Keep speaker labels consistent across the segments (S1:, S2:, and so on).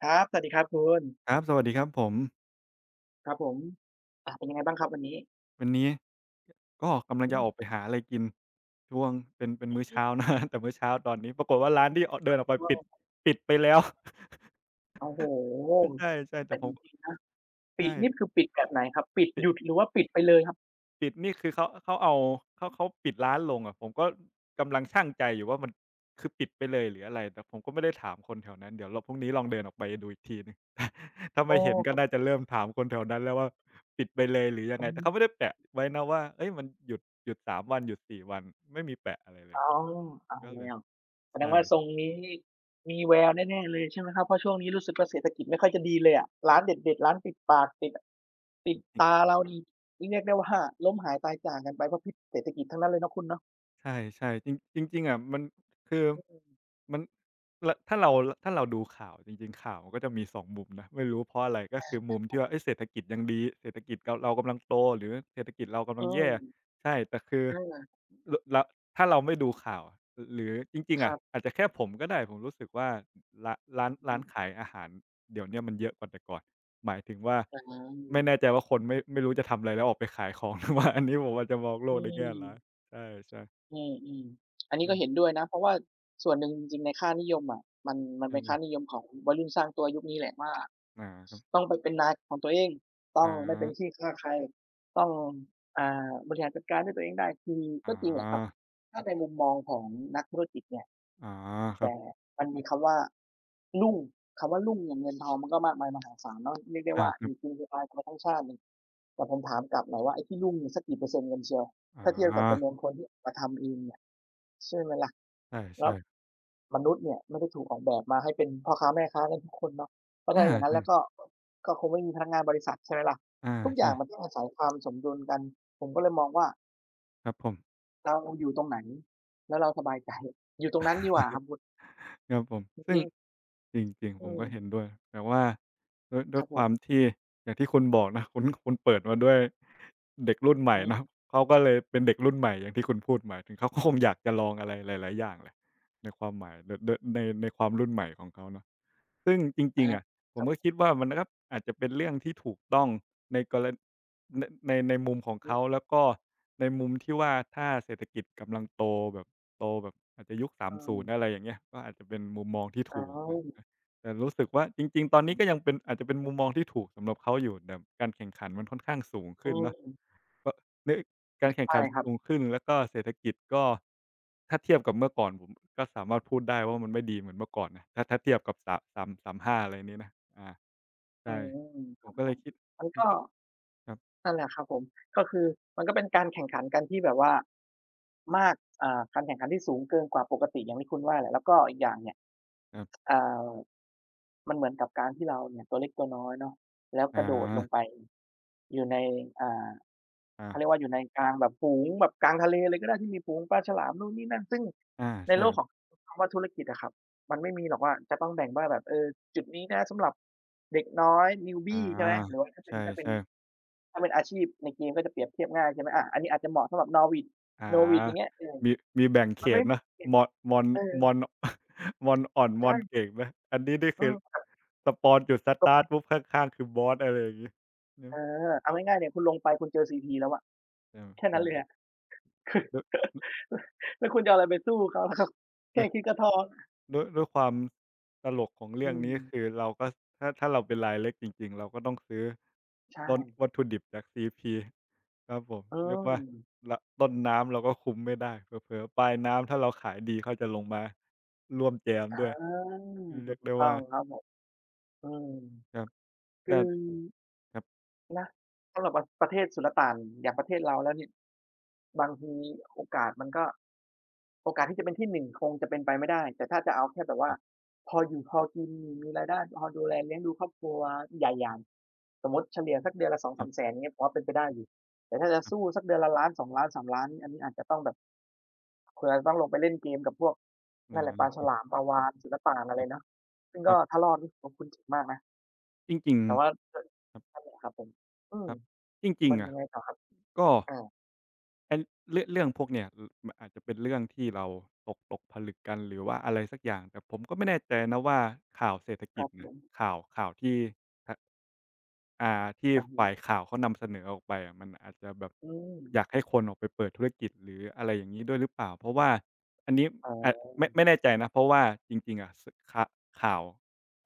S1: ครับสวัสดีครับคุณ
S2: ครับสวัสดีครับผม
S1: ครับผมเป็นยังไงบ้างครับวันนี้
S2: วันนี้ก็กำลัง
S1: อื
S2: จะออกไป
S1: ม
S2: หาอะไรกินช่วงเป็นมื้อเช้า นะแต่มื้อเช้าตอนนี้ปรากฏว่าร้านที่อเดินออกไปปิดไปแล้ว
S1: โอ้โฮ
S2: ใช่ๆแต่
S1: แต่
S2: ผ
S1: จ
S2: ม
S1: ริงๆนะปิดนี่
S2: ใช่
S1: คือปิดแบบไหนครับปิดหยุดหรือว่าปิดไปเลยครับ
S2: ปิดนี่คือเขาเอาเขาปิดร้านลงอะผมก็กำลังชั่งใจอยู่ว่ามันคือปิดไปเลยหรืออะไรแต่ผมก็ไม่ได้ถามคนแถวนั้นเดี๋ยวเราพรุ่งนี้ลองเดินออกไปดูอีกทีหนึ่ง ถ้า
S1: อ๋อ
S2: ไม่เห็น
S1: ค
S2: ก็
S1: รั
S2: น่า
S1: บ
S2: จะเริ่มถามคนแถวนั้นแล้วว่าปิดไปเลยหรือยั
S1: ผ
S2: งไง
S1: ม
S2: แต่เขาไม่ได้แปะไว้นะว่าเฮ้ยมันหยุดสามวันหยุดสี่วันไม่มีแปะอะไรเล
S1: อ๋
S2: ย
S1: อเอา
S2: ก็เล
S1: แล้
S2: ย
S1: วแสดง
S2: ใช่
S1: ว่าทรงนี้มีแววแน่ๆเลยใช่ไหมครับเพราะช่วงนี้รู้สึกว่าเศรษฐกิจไม่ค่อยจะดีเลยอะร้านเด็ดๆร้านปิดปากติดติดตาเรานี่เรียกได้ว่าล้มหายตายจากกันไปเพราะพิษเศรษฐกิจทั้งนั้นเลยเนาะคุณเนาะ
S2: ใช่ๆจริงจริงๆอะมันคือมันถ้าเราถ้าเราดูข่าวจริงๆข่าวมันก็จะมี2มุมนะไม่รู้เพราะอะไรก็คือมุมที่ว่าเฮ้ยเศรษฐกิจยังดีเศรษฐกิจเรากำลังโตหรือเศรษฐกิจเรากำ
S1: อื
S2: ลัง
S1: ม
S2: แย่ใช่แต่คือ
S1: อา
S2: เราถ้าเราไม่ดูข่าวอะหรือจริง
S1: ค
S2: ๆ
S1: รั
S2: อะ
S1: บ
S2: อาจจะแค่ผมก็ได้ผมรู้สึกว่าร้านร้าน
S1: อื
S2: ร้าน
S1: ม
S2: ขายอาหารเดี๋ยวเนี้ยมันเยอะกว่าแต่ก่อนหมายถึงว่า
S1: อาครับอือฮึ
S2: ไม่แน่ใจ
S1: อา
S2: ว่าคนไม่รู้จะทำอะไรแล้วออกไปขายของ หรือว่าอันนี้ผมอาจจะมองโล
S1: อื
S2: กในแง่ร้าย
S1: ม
S2: ใช่ๆ
S1: อืมอืมอันนี้ก็
S2: เริ่
S1: เห็น
S2: ม
S1: ด้วยนะเพราะว่าส่วนหนึ่งจริงๆในค่านิยมอะมันมันเป็
S2: เริ่
S1: น
S2: มแบ
S1: ค่า
S2: บ
S1: นิยมของวัยรุ่นสร้างตัวยุคนี้แหละว่า
S2: หนาครับ
S1: ต้องไปเป็นนายของตัวเอง
S2: ห
S1: ต้อ
S2: น
S1: งไม่
S2: า
S1: เป็นขี้ข้าใครต้องบริหารจัดการด้วยตัวเองได้คือ
S2: อ๋
S1: ก็
S2: อ
S1: จริงแหละครับถ้าในมุมมองของนักธุรกิจเนี่ย
S2: อ๋อครั
S1: แต่
S2: บ
S1: มันมีคำว่ารุ่งคำว่ารุ่งอย่างเงินทองมันก็มากมายมหาศาลเนาะเรียกได้
S2: อา
S1: ว่า
S2: ค
S1: อ
S2: รั
S1: ยู่
S2: บ
S1: กินอยู่ตายกันมาทั้งชาติเนี่ย แต่ผมถามกลับหน่อยว่าไอ้ที่รุ่งสักกี่เปอร์เซ็นต์กันเชียว
S2: อ๋อ
S1: ถ้าเทียบกับจำนวนคนที่มาทำเองเนี่ยใช่ไหมล่ะ
S2: ใ
S1: แล้
S2: ช่
S1: ว
S2: ๆ
S1: มนุษย์เนี่ยไม่ได้ถูกออกแบบมาให้เป็นพ่อค้าแม่ค้ากันทุกคนเนาะเพราะ
S2: อา
S1: ถ้าอย่างนั้น
S2: ใช่
S1: แล้วก็ก็คงไม่มีพนักงานบริษัทใช่ไหมล่ะ
S2: อา
S1: ทุกอย่า
S2: ใช่
S1: งมันต้องอาศัยความสมดุลกันผมก็เลยมองว่า
S2: ครับผม
S1: เราอยู่ตรงไหนแล้วเราสบายใจอยู่ตรงนั้นดีกว่าครับ คุณ
S2: ครับผม
S1: จ
S2: ซึ่ง
S1: ริงๆ
S2: จริงๆผม
S1: อืม
S2: ก็เห็นด้วยแต่ว่าด้วย
S1: ค
S2: ด้ว
S1: รั
S2: ย
S1: บผ
S2: ค
S1: ม
S2: วามที่อย่างที่คุณบอกนะคุณเปิดมาด้วยเด็กรุ่นใหม่
S1: อื
S2: เนาะ
S1: ม
S2: เขาก็เลยเป็นเด็กรุ่นใหม่อย่างที่คุณพูดหมายถึงเขาก็คงอยากจะลองอะไรหลายๆอย่างแหละในความหมายในความรุ่นใหม่ของเขาเนาะซึ่งจ
S1: อา
S2: ริงๆอะผ
S1: ครั
S2: มก็
S1: บ
S2: คิดว่ามันก็อาจจะเป็นเรื่องที่ถูกต้องในกรณ ในมุมของ
S1: อือ
S2: เขาแล้วก็ในมุมที่ว่าถ้าเศรษฐกิจกำลังโตแบบโตแบบอาจจะยุคส
S1: อืม
S2: 30อะไรอย่างเงี้ยก็อาจจะเป็นมุมมองที่
S1: อ๋อ
S2: ถูกนะอะแต่รู้สึกว่าจริงๆตอนนี้ก็ยังเป็นอาจจะเป็นมุมมองที่ถูกสำหรับเขาอยู่แต่การแข่งขันมันค่อนข้างสูง
S1: อื
S2: ขึ้นเนาะ
S1: ม
S2: ก็เนื่องการแข่ง
S1: ใช่
S2: ขัน
S1: ครับ
S2: สูงขึ้นแล้วก็เศรษฐกิจก็ถ้าเทียบกับเมื่อก่อนผมก็สามารถพูดได้ว่ามันไม่ดีเหมือนเมื่อก่อนนะถ้าเทียบกับสามห้าอะไรนี้นะอา
S1: อื
S2: ใช่
S1: มค
S2: ผ
S1: รั
S2: ม
S1: บ
S2: ก็
S1: ผ
S2: เลย
S1: ม
S2: คิด
S1: มัน
S2: มั
S1: ก็
S2: นก็ครับ
S1: นั่นแหละครับผม ก็คือมันก็เป็นการแข่งขันกันที่แบบว่ามากการแข่งขันที่สูงเกินกว่าปกติอย่างที่คุณว่าแหละแล้วก็อีกอย่างเนี่ย
S2: ๆ
S1: อ่ามันเหมือนกับการที่เราเนี่ยตัวเล็กตัวน้อยเนาะแล้วก
S2: อา
S1: ระโดดลงไปอยู่ในอ่า
S2: อา
S1: เขาเรียกว่าอยู่ในกลางแบบฝูงแบบกลางทะเลเลยก็ได้ที่มีฝูงปลาฉลามนู่นนี่นั่นซึ่ง
S2: อา
S1: ใน
S2: ใช่
S1: โลกของคำว่าธุรกิจอะครับมันไม่มีหรอกว่าจะต้องแบ่งว่าแบบเออจุดนี้นะสำหรับเด็กน้อย
S2: อา
S1: newbie ใช่ไหมหรือว่าถ้า
S2: ใช
S1: เป็นถ้าเป็น
S2: ่ๆ
S1: ถ้าเป็นอาชีพในเกมก็จะเปรียบเทียบง่ายใช่ไหมอาอันนี้อาจจะเหมาะสำหรับ Norwich
S2: อา
S1: n o v i c อย่างเงี้ยเออ
S2: มีมีแบ่งเข
S1: มันไม่
S2: ตเนาะ มอนมอน
S1: เออ
S2: มอน มอนอ่อน มอน
S1: ใช่
S2: เก่งไหมอันนี้นี่
S1: อื
S2: คือ
S1: ม
S2: สปอนจุดสตาร์ตปุ๊บข้างๆคือบอสอะไรอย่างงี้
S1: เอ
S2: เนาะ
S1: อเอาง่ายๆเนี่ยคุณลงไปคุณเจอ CP แล้วอะ
S2: เออ
S1: แค่
S2: เป็
S1: นั้น
S2: น
S1: เลยอะ คือ
S2: ล
S1: แล้วคุณจะเอาอะไรไปสู้เขาล่ะครับแค่คิด
S2: ล
S1: ก็ท้อ
S2: ด้วยความตลกของ
S1: อื
S2: เรื่อง
S1: ม
S2: นี้คือเราก็ถ้าเราเป็นรายเล็กจริงๆเราก็ต้องซื้อ
S1: ใช่
S2: ต้นวัตถุดิบจาก CP ครับผม
S1: เอ
S2: เรียกว่า
S1: อ
S2: ต้นน้ำเราก็คุ้มไม่ได้เผลอๆปลายน้ำถ้าเราขายดีเขาจะลงมาร่วมแจมด้วย
S1: อา
S2: เรี
S1: ถูก
S2: ยกได้
S1: ต้อ
S2: ว่า
S1: งครับผมอืม
S2: ครับ
S1: คื
S2: แต่
S1: อ
S2: ครับ
S1: นะสำหรับประประเทศสุลต่านอย่างประเทศเราแล้วเนี่ยบางทีโอกาสมันก็โอกาสที่จะเป็นที่1คงจะเป็นไปไม่ได้แต่ถ้าจะเอาแค่แบบ
S2: ค
S1: ว่า
S2: รับ
S1: พออยู่พอกินมีรายได้พอดูแลเลี้ยงดูครอบครัวใหญ่อย่างสมมุติเฉลี่ยสักเดือนละสอง
S2: ค
S1: สา
S2: รั
S1: มแส
S2: บ
S1: นเงี้ยผมว่าเป็นไปได้อยู่แต่ถ้าจะ
S2: ครั
S1: สู้
S2: บ
S1: สักเดือนละล้านสองล้านสามล้านนี่อันนี้อาจจะต้องแบบเผื่อต้องลงไปเล่นเกมกับพวก
S2: อ
S1: นั่นแหละปลาฉ
S2: า
S1: ลามปลาวาฬสุลต่านอะ
S2: ค
S1: ไร
S2: รับ
S1: เนาะซึ่ง
S2: ค
S1: ก็
S2: รั
S1: ถ้า
S2: บ
S1: รอดนี่โอ้คุณเจ๋งมากนะ
S2: จริง
S1: แต่ว่าเออ
S2: ๆครับ
S1: นั่นแหละครับผมอื
S2: ค
S1: ม
S2: รับจริง
S1: มัน
S2: ๆ
S1: ยั
S2: อะ
S1: งไงต่อครับ
S2: ก็
S1: อา
S2: ไอ้เรื่องพวกเนี้ยมันอาจจะเป็นเรื่องที่เราตกผลึกกันหรือว่าอะไรสักอย่างแต่ผมก็ไม่แน่ใจนะว่าข่าวเศรษฐ
S1: ค
S2: กิ
S1: รั
S2: จ
S1: บผ
S2: เนี่ย
S1: ม
S2: ข่าวที่ทท อ่าที่
S1: ครับผ
S2: ฝ่าย
S1: ม
S2: ข่าวเขานำเสนอออกไปอะมันอาจจะแบบ
S1: อืม
S2: อยากให้คนออกไปเปิดธุรกิจหรืออะไรอย่างงี้ด้วยหรือเปล่าเพราะว่าอันนี้
S1: อ๋
S2: อ่าไม่
S1: อ
S2: ไม่แน่ใจนะเพราะว่าจริงๆอะขข่าว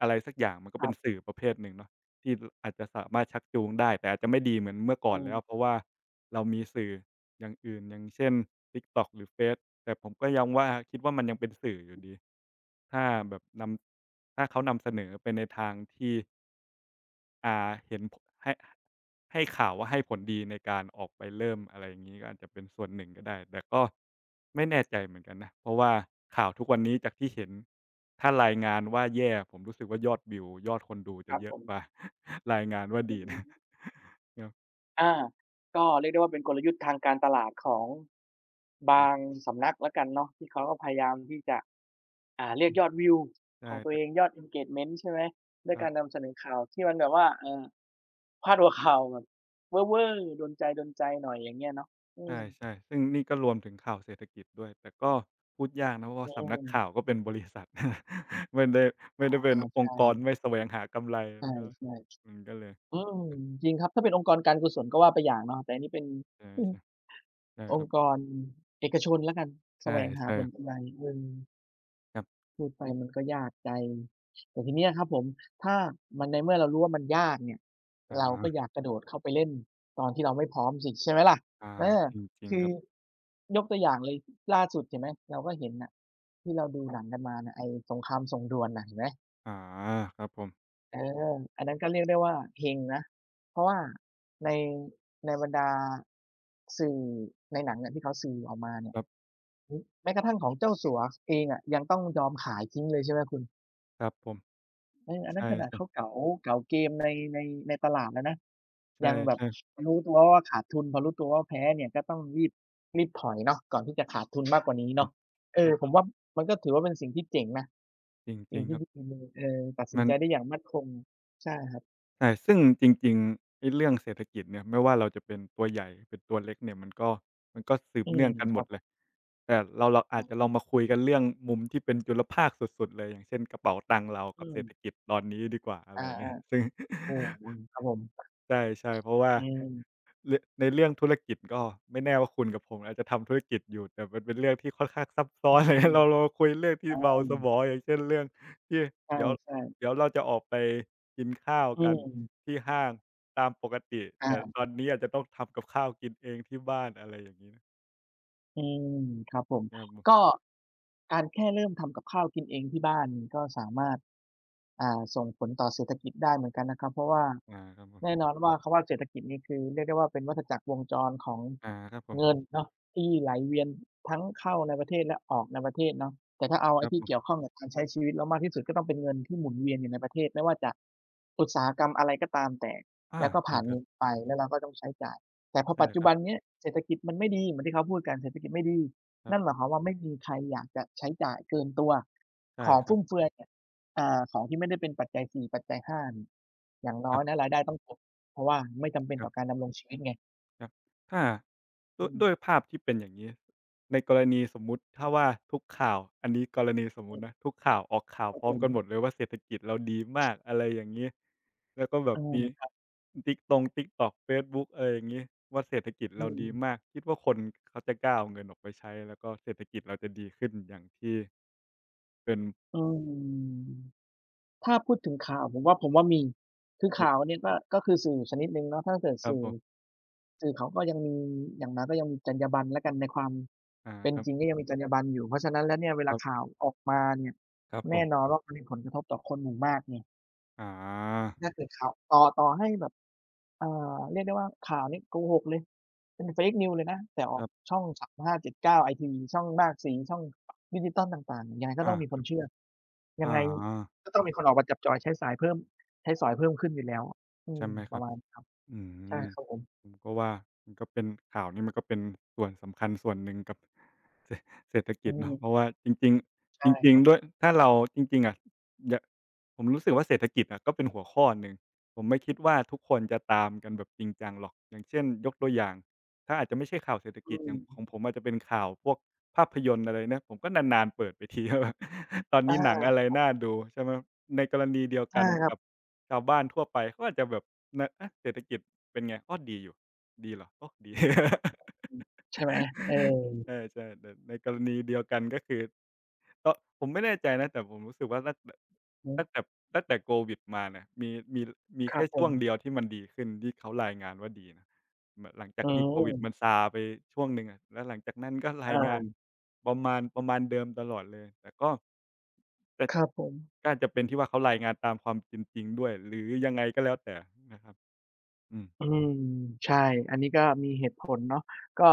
S2: อะไรสักอย่างมันก็
S1: ครั
S2: เป็น
S1: บ
S2: สื่อประเภทหนึ่งเนาะที่อาจจะสามารถชักจูงได้แต่อาจจะไม่ดีเหมือนเมื่อก่อน
S1: อืม
S2: แล้วเพราะว่าเรามีสื่ออย่างอื่นอย่างเช่น TikTok หรือเฟซแต่ผมก็ยังว่าคิดว่ามันยังเป็นสื่ออยู่ดีถ้าแบบนำถ้าเขานำเสนอไปในทางที่ อ่าเห็นผให้ข่าวว่าให้ผลดีในการออกไปเริ่มอะไรอย่างงี้ก็อาจจะเป็นส่วนหนึ่งก็ได้แต่ก็ไม่แน่ใจเหมือนกันนะเพราะว่าข่าวทุกวันนี้จากที่เห็นถ้ารายงานว่าแย่ผมรู้สึกว่ายอดวิวยอดคนดู
S1: ค
S2: จะ
S1: รับ
S2: เย
S1: ผ
S2: อะ
S1: ม
S2: กว่า รายงานว่า
S1: อื
S2: ดีนะ
S1: ม
S2: เนาะ
S1: อาก็เรียกได้ว่าเป็นกลยุทธ์ทางการตลาดของ
S2: ค
S1: บา
S2: รั
S1: ง
S2: บ
S1: สำนักแล้วกันเนาะที่เขาก็พยายามที่จะเรีย
S2: อื
S1: ก
S2: ม
S1: ยอดวิว
S2: ใช่
S1: ของตัว
S2: แต่
S1: เองยอด engagement ใช่ไหม ด้ว
S2: ค
S1: ย
S2: รั
S1: การ
S2: บ
S1: นำเสนอข่าวที่มันแบบว่าพาดหัวข่าวแบบเว่อร์ๆโดนใจๆหน่อยอย่างเงี้ยเนาะอื
S2: ใ
S1: ม
S2: ช่ๆซึ่งนี่ก็รวมถึงข่าวเศรษฐกิจด้วยแต่ก็พูดยากนะเพราะ
S1: อื
S2: ว่าสำนัก
S1: ม
S2: ข่าวก็เป็นบริษัท ไม่ได้ไม่ได้เป็น
S1: อา
S2: อง
S1: ใช่
S2: ค์กรไม่แสวงหากำไร
S1: ใช
S2: มันก็
S1: ่
S2: มันก็เลย
S1: ๆ อืมจริงครับถ้าเป็นองค์กรการกุศลก็ว่าไปอย่างเนาะแต่อันนี้เป็น
S2: ใช่
S1: อืม
S2: ๆใช่
S1: อ
S2: ค
S1: ง
S2: รับ
S1: ค์กรเอกชนแล้วกันแส
S2: ใช่
S1: วงหา
S2: ใช่
S1: ผลกำไรเออ
S2: ครับ
S1: พูดไปมันก็ยากใจแต่ทีเนี้ยครับผมถ้ามันในเมื่อเรารู้ว่ามันยากเนี่ย
S2: อา
S1: เราก็อย่ากระโดดเข้าไปเล่นตอนที่เราไม่พร้อมสิใช่ไหมล่ะ
S2: อา
S1: เออ
S2: จริง
S1: คื
S2: ๆค
S1: อ
S2: รับ
S1: ยกตัวอย่างเลยล่าสุดเห็นไหมเราก็เห็นน่ะที่เราดูหนังกันมาน่ะไอ้สงครามส่งด่วนน่ะเห็นไหม
S2: อาครับผม
S1: เอออันนั้นก็เรียกได้ว่าเฮงนะเพราะว่าในในบรรดาสื่อในหนังเนี่ยที่เขาสื่อออกมาเนี่ย
S2: ครับ
S1: อือแม้กระทั่งของเจ้าสัวเองอะยังต้องยอมขายทิ้งเลยใช่ไหมคุณ
S2: ครับผม
S1: เอออัน
S2: ใช
S1: นั้นขนาด
S2: ่
S1: เขา
S2: ๆ
S1: เก๋าเก๋าเกมในในตลาดแล้วนะ
S2: ใช่
S1: ยังแบบ
S2: ๆ
S1: รู้ตัวว่าขาดทุนพอรู้ตัวว่าแพ้เนี่ยก็ต้องรีบถอยเนาะก่อนที่จะขาดทุนมากกว่านี้
S2: ครั
S1: เนาะ
S2: บ
S1: เอ
S2: ค
S1: อ
S2: รับ
S1: ผมว่ามันก็ถือว่าเป็นสิ่งที่เจ๋งนะ
S2: จ
S1: สิ่
S2: ริ
S1: ง
S2: งๆค
S1: ที่
S2: รับ
S1: ตัดสิน
S2: มัน
S1: ใจได้อย่างมั่นคงใช่ครับ
S2: ใช่ซึ่งจริงๆไอ้เรื่องเศรษฐกิจเนี่ยไม่ว่าเราจะเป็นตัวใหญ่เป็นตัวเล็กเนี่ยมันก็สืบ
S1: อืม
S2: เนื่องกัน
S1: ค
S2: หม
S1: รับ
S2: ด
S1: ผ
S2: เลยแต่เราอาจจะล
S1: ม
S2: องมาคุยกันเรื่องมุมที่เป็นจุลภาคสุดๆเลยอย่างเช่นกระเป๋าตังค์เรา
S1: อื
S2: กับเศร
S1: ม
S2: ษฐกิจตอนนี้ดีกว่าอะ
S1: อา
S2: ไรอย่างเงี้ยซึ่ง
S1: ๆโอ้โฮครับผม
S2: ใช่ๆเพราะว่า
S1: อืม
S2: เรื่องในเรื่องธุรกิจก็ไม่แน่ว่าคุณกับผมอาจจะทำธุรกิจอยู่แต่มันเป็นเรื่องที่ค่อนข้างซับซ้
S1: อื
S2: อน อะไร
S1: ม
S2: เงี้ยเราคุยเรื่องที่เบา
S1: อา
S2: สมองอย่างเช่นเรื่องที่เดี๋ยว
S1: ใช่
S2: เดี๋ยว
S1: ๆ
S2: เราจะออกไปกินข้าว
S1: อื
S2: กัน
S1: ม
S2: ที่ห้างตามปกติ
S1: อา
S2: แต่ตอนนี้อาจจะต้องทำกับข้าวกินเองที่บ้านอะไรอย่างนี้
S1: อืมครับผม
S2: นะครับผม
S1: ก็การแค่เริ่มทำกับข้าวกินเองที่บ้านก็สามารถส่งผลต่อเศรษฐกิจได้เหมือนกันนะครับเพราะว่า
S2: อาครับผ
S1: แน่
S2: ม
S1: นอนว่าคำว่าเศรษฐกิจนี่คือเรียกได้ว่าเป็นวัฏจักรวงจรของ
S2: อาครับผ
S1: เงิน
S2: ม
S1: เนาะที่ไหลเวียนทั้งเข้าในประเทศและออกในประเทศเนาะแต่ถ้าเอา
S2: ค
S1: ไอ้
S2: รับ
S1: ที่
S2: ผ
S1: เกี่ยว
S2: ม
S1: ข้องกับการใช้ชีวิตเรามากที่สุดก็ต้องเป็นเงินที่หมุนเวียนอยู่ในประเทศไม่ว่าจะอุตสาหกรรมอะไรก็ตามแต่
S2: อา
S1: แล้วก็
S2: จริ
S1: ผ่า
S2: ง
S1: น
S2: ค
S1: มื
S2: รับ
S1: อไปแล้วเราก็ต้องใช้จ่าย แต่พอ
S2: ใช่
S1: ปัจจุ
S2: ครับ
S1: บันเนี้ยเศรษฐกิจมันไม่ดีเหมือนที่เขาพูดกันเศรษฐกิจไม่ดี
S2: ครั
S1: นั่นหมาย
S2: บ
S1: ความว่าไม่มีใครอยากจะใช้จ่ายเกินตัว
S2: ใช่
S1: ของ
S2: ครั
S1: ฟุ่
S2: บ
S1: มเฟือยเนี่ยของที่ไม่ได้เป็นปัจจัย 4 ปัจจัย5นี่อย่างน้
S2: ค
S1: อย
S2: รั
S1: นะ
S2: บ
S1: รายได้ต้องตกเพราะว่าไม่จำเป็น
S2: ครั
S1: ต่อ
S2: บ
S1: การดำรงชีวิตไง
S2: ครับถ้า ด้
S1: อื
S2: วยด้วย
S1: ม
S2: ภาพที่เป็นอย่างนี้ในกรณีสมมุติถ้าว่าทุกข่าวอันนี้กรณีสมมุตินะ
S1: อ
S2: ทุกข่าวออกข่า
S1: อ
S2: ว
S1: ครับ
S2: พร้อ
S1: ผ
S2: ม
S1: ม
S2: กันหมดเลยว่าเศรษฐกิจเราดีมากอะไรอย่างงี้แล้วก็แบ
S1: เอ
S2: บมี
S1: อ
S2: ติ๊กตง TikTok เฟซบุ๊กอะไรอย่างงี้ว่าเศรษฐกิจ
S1: อื
S2: เรา
S1: ม
S2: ดีมากคิดว่าคนเขาจะกล้าเอาเงินออกไปใช้แล้วก็เศรษฐกิจเราจะดีขึ้นอย่างที่เป็น
S1: อืม ถ้าพูดถึงข่าวผมว่ามีคือ
S2: ม
S1: ข่าวเนี่ยก็คือสื่อชนิดหนึ่งเนาะถ้าเกิด
S2: ครับผม
S1: สื่อเขาก็ยังมีอย่างน้อยก็ยังมีจรรยาบรรณแล้วกันในความ
S2: อา
S1: เป็น
S2: ครับ
S1: จริงก็ยังมีจรรยาบรรณอยู่เพราะฉะนั้นแล้วเนี่ยเว
S2: ค
S1: ลา
S2: รั
S1: ข่า
S2: บ
S1: วออกมาเนี่ย
S2: ครับผ
S1: แน่
S2: ม
S1: นอนว่ามันมีผลกระทบต่อคนหมู่มากไง
S2: อา
S1: ถ้าเกิดข่าวต่อให้แบบเอ่เรียกได้ว่าข่าวนี้โกหกเลย เป็น Fake News เลยนะแต่อ
S2: ค
S1: อก
S2: รับ
S1: ช่อง 35 79ไอทีวีช่องมากสีช่องดิจิทัลต่างๆ ยังไงก็ต้
S2: อา
S1: องมี
S2: ค
S1: คน
S2: รับ
S1: เชื่อ ยั
S2: อา
S1: งไงก็ต้องมีคนออกมาจับจ่ายใช้สายเพิ่มใช้สอยเพิ่มขึ้นอยู่แล้วอื
S2: ใช่
S1: ม
S2: ไหม
S1: ป
S2: ค
S1: ระ
S2: รับ
S1: มาณ
S2: อื
S1: ใช่
S2: ม
S1: ครับผม
S2: ผมก็ว่ามันก็เป็นข่าวนี่มันก็เป็นส่วนสำคัญส่วนหนึ่งกับ เศรษฐเศรษฐ
S1: อื
S2: กิจเนาะเพราะ
S1: ม
S2: ว่าจริงๆ
S1: ใช่
S2: จ
S1: ค
S2: ริง
S1: รั
S2: ๆด้
S1: บ
S2: วยถ้าเราจริงๆอะยะผมรู้สึกว่าเศรษฐกิจอะก็เป็นหัวข้อหนึ่งผมไม่คิดว่าทุกคนจะตามกันแบบจริงจังหรอกอย่างเช่นยกตัวอย่างถ้าอาจจะไม่ใช่ข่าวเศรษฐ
S1: อื
S2: กิจอย่า
S1: ม
S2: งของผมอาจจะเป็นข่าวพวกภาพยนตร์อะไรเนยผมก็นานๆเปิดไปที ว่าแบบตอน
S1: อา
S2: นี้หนังอะไรน่าดูใช่ไหมในกรณีเดียว
S1: ใช่
S2: กัน
S1: ครั
S2: กับ
S1: บ
S2: ชาวบ้านทั่วไปเขาอาจจะแบบนะเอะเศรษฐกิจเป็นไงก็ดีอยู่ดีเหรอโอ้ดี
S1: อืมใช่ไหมเออ
S2: ใช่ใช่แต่ในกรณีเดียวกันก็คือตอนผมไม่แน่ใจนะแต่ผมรู้สึกว่า
S1: อือฮึ
S2: ตั้งแต่ตั้งแต่โควิดมาเนี่ยมี
S1: ครับ
S2: แค่
S1: ผ
S2: ช่
S1: ม
S2: วงเดียวที่มันดีขึ้นที่เขารายงานว่าดีนะเหมือนหลังจา
S1: อื
S2: กที่โควิดมัน
S1: ม
S2: ซาไปช่วงหนึ่งอะแล้วหลังจากนั้นก็
S1: อ
S2: รายงาน
S1: า
S2: ประมาณเดิมตลอดเลยแต่ก็แต่
S1: ครับผม
S2: ก็อาจจะเป็นที่ว่าเขารายงานตามความเป็นจริงด้วยหรือยังไงก็แล้วแต่นะครับอืม
S1: อืมใช่อันนี้ก็มีเหตุผลเนาะก็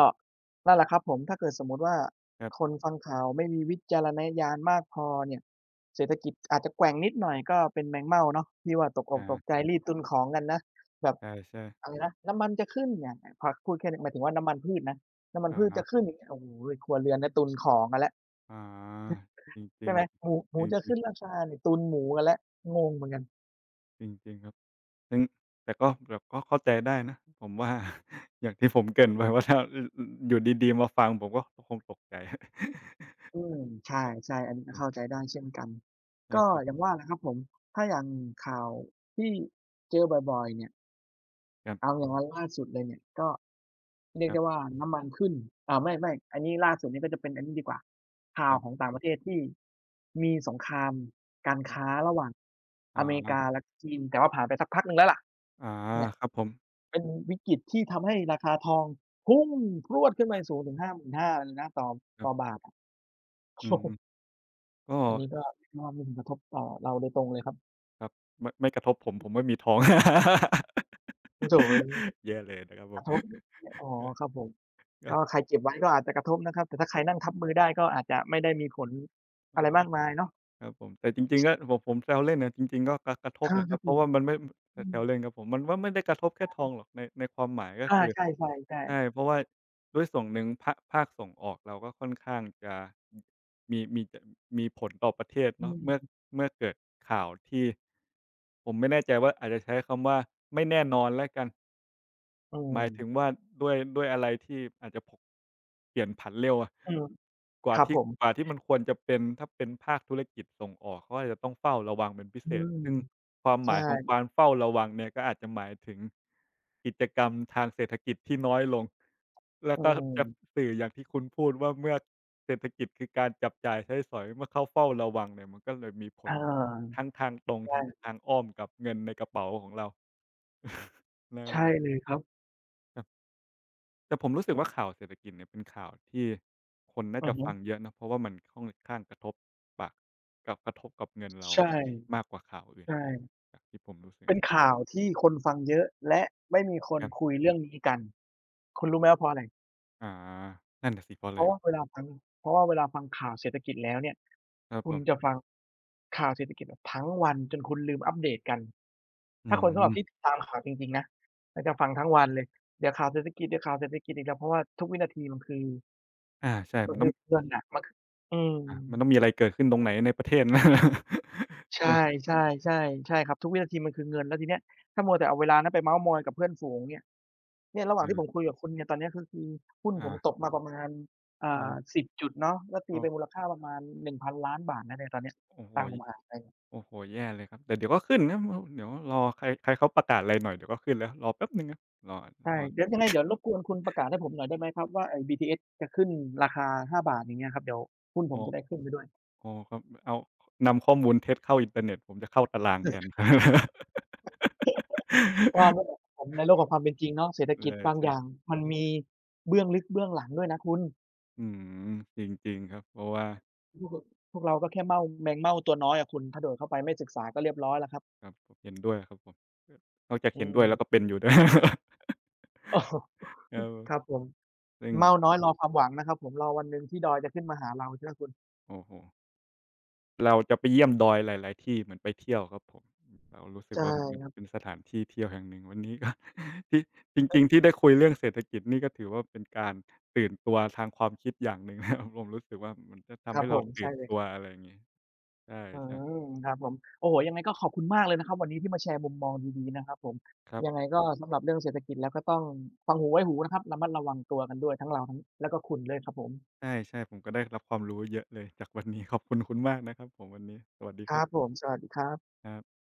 S1: นั่นแหละครับผมถ้าเกิดสมมุติว่า
S2: ครั
S1: คน
S2: บ
S1: ฟังข่าวไม่มีวิจารณญาณมากพอเนี่ยเศรษฐกิจอาจจะแกว่งนิดหน่อยก็เป็นแมงเม่าเนาะที่ว่าตกอก
S2: อา
S1: ตกใจรีบตุนของกันนะแบบ
S2: ใช่
S1: อะไร
S2: ๆ
S1: นะน้ำมันจะขึ้นเนี่ยพอพูดแค่นี้หมายถึงว่าน้ำมันพืชนะน้ำมัน
S2: อ
S1: พืชจะ
S2: ะ
S1: ขึ้นอย่างเงี้ยโอ้โฮครัวเรือนเนี่ยตุนของกันแล้ว
S2: อ๋จริ
S1: ใช่
S2: ง
S1: ไหมหมูห
S2: ๆจ
S1: มู
S2: ร
S1: จะ
S2: ิง
S1: ขึ้นรา
S2: ๆ
S1: คาเนี่ยตุนหมูกันแล้วงงเหมือนกัน
S2: จริงๆครับซึ่งแต่ก็เข้าใจได้นะผมว่า อย่างที่ผมเกริ่นไว้ว่าถ้าอออยู่ดีๆมาฟังผมก็คงตกใจ
S1: อื มใช
S2: แต่
S1: ่ๆอันนี้ก็
S2: อา
S1: เข้าใจได้เช่นกัน
S2: ครั
S1: ก็
S2: บผ
S1: อย่าง
S2: ม
S1: ว่าแหละครับผมถ้าอย่างข่าวที่เจอบ่อยๆเนี่ย
S2: ครั
S1: เอา
S2: บ
S1: อย่างวันล่าสุดเลยเนี่ยก็เรียก
S2: ๆ
S1: ได้
S2: ๆ
S1: ว่าน้ำมันขึ้นอ่าไม่ๆอันนี้ล่าสุดนี่ก็จะเป็นอันนี้ดีกว่าข่าวของต่างประเทศที่มีสงครามการ
S2: ครั
S1: ค้า
S2: บ
S1: ระหว่างอเมริกา
S2: อา
S1: และจีนแต่ว่าผ่านไปสักพักหนึ่งแล้วล่ะ
S2: ออา
S1: เนี่ย
S2: ครับผม
S1: เป็นวิกฤตที่ทำให้ราคาทองพุ่งพรวดขึ้นไปสูงถึง55,000เลยนะต่อ
S2: ครั
S1: ต่อ
S2: บ
S1: บาทอะ
S2: อืมก็
S1: อันนี้ก็เรียกได้ว่ามีผลกระทบต่อเราโดยตรงเลยครับ
S2: ครับไม่ไม่กระทบผมไม่มีท้อง
S1: โอ้โฮ
S2: แย่เลยนะครับผ
S1: ก
S2: ม
S1: ระทบอ๋อ
S2: ก็
S1: ครับผม
S2: ก็
S1: ก็ใครเก็บไว้ก็อาจจะกระทบนะครับแต่ถ้าใครนั่งทับมือได้ก็อาจจะไม่ได้มีผล
S2: อ๋อ
S1: อะไรมากมายเนาะ
S2: ครับผมแต่จริงๆก็ผมแซวเล่นนะจริงๆก็กระกระทบ
S1: อา
S2: แหละค
S1: ค
S2: รั
S1: รั
S2: บ
S1: บ
S2: เพ
S1: ผ
S2: ราะ
S1: ม
S2: ว่ามันไม่แซ
S1: อื
S2: แซ
S1: ม
S2: วเล่นครับผมมันว่าไม่ได้กระทบแค่ท้องหรอกในในความหมายก็
S1: อา
S2: คือ
S1: ใช่ๆ
S2: ใช่
S1: ๆ
S2: เพราะว่าด้วยส่วนหนึ่งภาคภาคส่งออกเราก็ค่อนข้างจะ มีมีจะมีผลต่อประเทศเนาะเมื่อ
S1: อืม
S2: เมื่อเกิดข่าวที่ผมไม่แน่ใจว่าอาจจะใช้คำว่าไม่แน่นอนแล้วกัน
S1: อื
S2: ห
S1: ม
S2: มายถึงว่าด้วยด้วยอะไรที่อาจจะผเปลี่ยนผันเร็วอะ
S1: อืม
S2: ก
S1: ค
S2: ว่า
S1: รับผ
S2: ที่
S1: ม
S2: กว่าที่มันควรจะเป็นถ้าเป็นภาคธุรกิจส่งออกเขาอาจจะต้องเฝ้าระวังเป็นพิ
S1: อื
S2: เศษ
S1: ม
S2: ซึ่งความห
S1: ใช่
S2: มายของการเฝ้าระวังเนี่ยก็อาจจะหมายถึงกิจกรรมทางเศรษฐกิจที่น้อยลง แล้ว
S1: อื
S2: ก็
S1: ม
S2: จะสื่ออย่างที่คุณพูดว่าเมื่อเศรษฐกิจคือการจับจ่ายใช้สอยเมื่อเขาเฝ้าระวังเนี่ยมันก็เลยมีผ
S1: อ
S2: ล
S1: า
S2: ทั้งทางตรงทั้ง
S1: ใช่
S2: ทางอ้อมกับเงินในกระเป๋าของเรานะครับ
S1: ใช่
S2: ผม
S1: เลยครับ
S2: ครับแต่ผมรู้สึกว่าข่าวเศรษฐกิจเนี่ยเป็นข่าวที่คนน่า
S1: อือ
S2: จะ
S1: ฮึ
S2: ฟังเยอะนะเพราะว่ามันค่อนข้างกระทบปากกับกระทบกับเงินเรา
S1: ใช่
S2: มากกว่าข่าวอื่น
S1: ใช่
S2: จากที่ผมรู้สึก
S1: เป็น
S2: นะ
S1: ข่าวที่คนฟังเยอะและไม่มีคน
S2: ครั
S1: คุย
S2: บ
S1: เรื่องนี้กันคุณรู้ไหมว่าเพราะอะไร
S2: อานั่นน่ะสิเพราะอะ
S1: เพ
S2: ไร
S1: ราะ
S2: ครั
S1: ว่าเว
S2: บ
S1: ลาฟังเพราะว่าเวลาฟังข่าวเศรษฐกิจแล้วเนี่ย
S2: ครับ
S1: คุ
S2: ผ
S1: ณจะ
S2: ม
S1: ฟังข่าวเศรษฐกิจแบบทั้งวันจนคุณลืมอัปเดตกัน
S2: อื
S1: ถ้าคนสำหรับที่ติ
S2: ม
S1: ดตามข่าวจริงๆนะก็จะฟังทั้งวันเลยเดี๋ยวข่าวเศรษฐกิจเดี๋ยวข่าวเศรษฐกิจอีกแล้วเพราะว่าทุกวินาที
S2: อาใช่
S1: มัน
S2: มันต้
S1: คื
S2: อ
S1: อ
S2: ง
S1: เงินอะมันคืออืม
S2: อามันต้องมีอะไรเกิดขึ้นตรงไหนในประเทศ นั้น
S1: ใช่ๆๆใช่ครับทุกวินาทีมันคือเงินแล้วทีเนี้ยถ้ามัวแต่เอาเวลานั้นไปเม้าท์มอยกับเพื่อนฝูงเนี่ย เนี่ยระหว่า
S2: เอ
S1: งที่ผ
S2: อ
S1: มคุยกับคุณเนี่ยตอนเนี้ยก็คือหุ้นผ
S2: อา
S1: มตกมาประมาณ
S2: อาโอ้
S1: 10จุดเนาะก็ตี
S2: โอ
S1: เป็นมู
S2: ้
S1: ลค่าประมาณห1 0 0 0พันล้านบาทนะในตอนเนี้ย
S2: โอ้โฮ
S1: ตังค์ผมหายไป
S2: โอ้โฮแย่เลยครับแต่เดี๋ยวก็ขึ้นนะ เดี๋ยวรอใครใครเขาประกาศอะไรหน่อยเดี๋ยวก็ขึ้นแล้วรอแป๊บหนึ่งครับรอ
S1: ใช่
S2: รอ
S1: เดี๋ยวยังไงเดี๋ยวรบกวนคุณประกาศให้ผมหน่อยได้ไหมครับว่าไอ้ BTS จะขึ้นราคาห้า5อย่างเงี้ยครับเดี๋ยวหุ้นผม
S2: โอ้
S1: จะได้ขึ้นไปด้วย
S2: โอ้ครับเอานำข้อมูลเท็จเข้าอินเทอร์เน็ตผมจะเข้าตารางแทน
S1: ก็ นั่นแหละครับผมในโลกของความเป็นจริงเนาะเศรษฐ
S2: เออ
S1: กิจบาง
S2: ใช่
S1: อย่างมันมี
S2: ๆ
S1: เบื้องลึกเบื้องหลังด้วยนะคุณ
S2: อืมจริงๆครับเพราะว่า
S1: พวกพวกเราก็แค่เม่าแมงเม่าตัวน้อยอะคุณถ้าโดดเข้าไปไม่ศึกษาก็เรียบร้อยแล้วครับ
S2: ครับผมเห็นด้วยครับผมนอกจาก
S1: อื
S2: เห็นด้ว
S1: ม
S2: ยแล้วก็เป็นอยู่ด้วย ครับผม
S1: ครับผม
S2: ซึ่ง
S1: เม่าน้อยรอความหวังนะครับผมรอวันหนึ่งที่ดอยจะขึ้นมาหาเราใช่ไหมคุณ
S2: โอ้โฮ เราจะไปเยี่ยมดอยหลายๆที่เหมือนไปเที่ยวครับผมเรารู้สึก
S1: ใช่
S2: ว่ามัน
S1: ครั
S2: เป็น
S1: บ
S2: สถานที่เที่ยวแห่งหนึ่งวันนี้ก็ ที่จริงๆที่ได้คุยเรื่องเศรษฐกิจนี่ก็ถือว่าเป็นการตื่นตัวทางความคิดอย่างหนึ่ง นะครับผมรู้สึกว่ามันจะ
S1: ค
S2: ทำ
S1: รับ
S2: ให้
S1: ผ
S2: เรา
S1: ม
S2: ตื่
S1: ใช่
S2: น
S1: เลย
S2: ตั
S1: ค
S2: ว
S1: รับ
S2: อะไรอย่างงี้ใช
S1: อื
S2: ่ๆ
S1: มครับผมโอ้โฮยังไงก็ขอบคุณมากเลยนะครับวันนี้ที่มาแชร์มุมมองดีๆนะครับผม
S2: ครับ
S1: ยังไงก็สำหรับเรื่องเศรษฐกิจแล้วก็ต้องฟังหูไว้หูนะครับระมัดระวังตัวกันด้วยทั้งเราทั้งแล้วก็คุณด้วยครับผม
S2: ใช่ๆผมก็ได้รับความรู้เยอะเลยจากวันนี้ขอบคุณคุณมากนะครับผมวันนี้สวัสดี
S1: ค
S2: ครั
S1: รับผ
S2: บ
S1: มสวัสดีครับ
S2: ครับ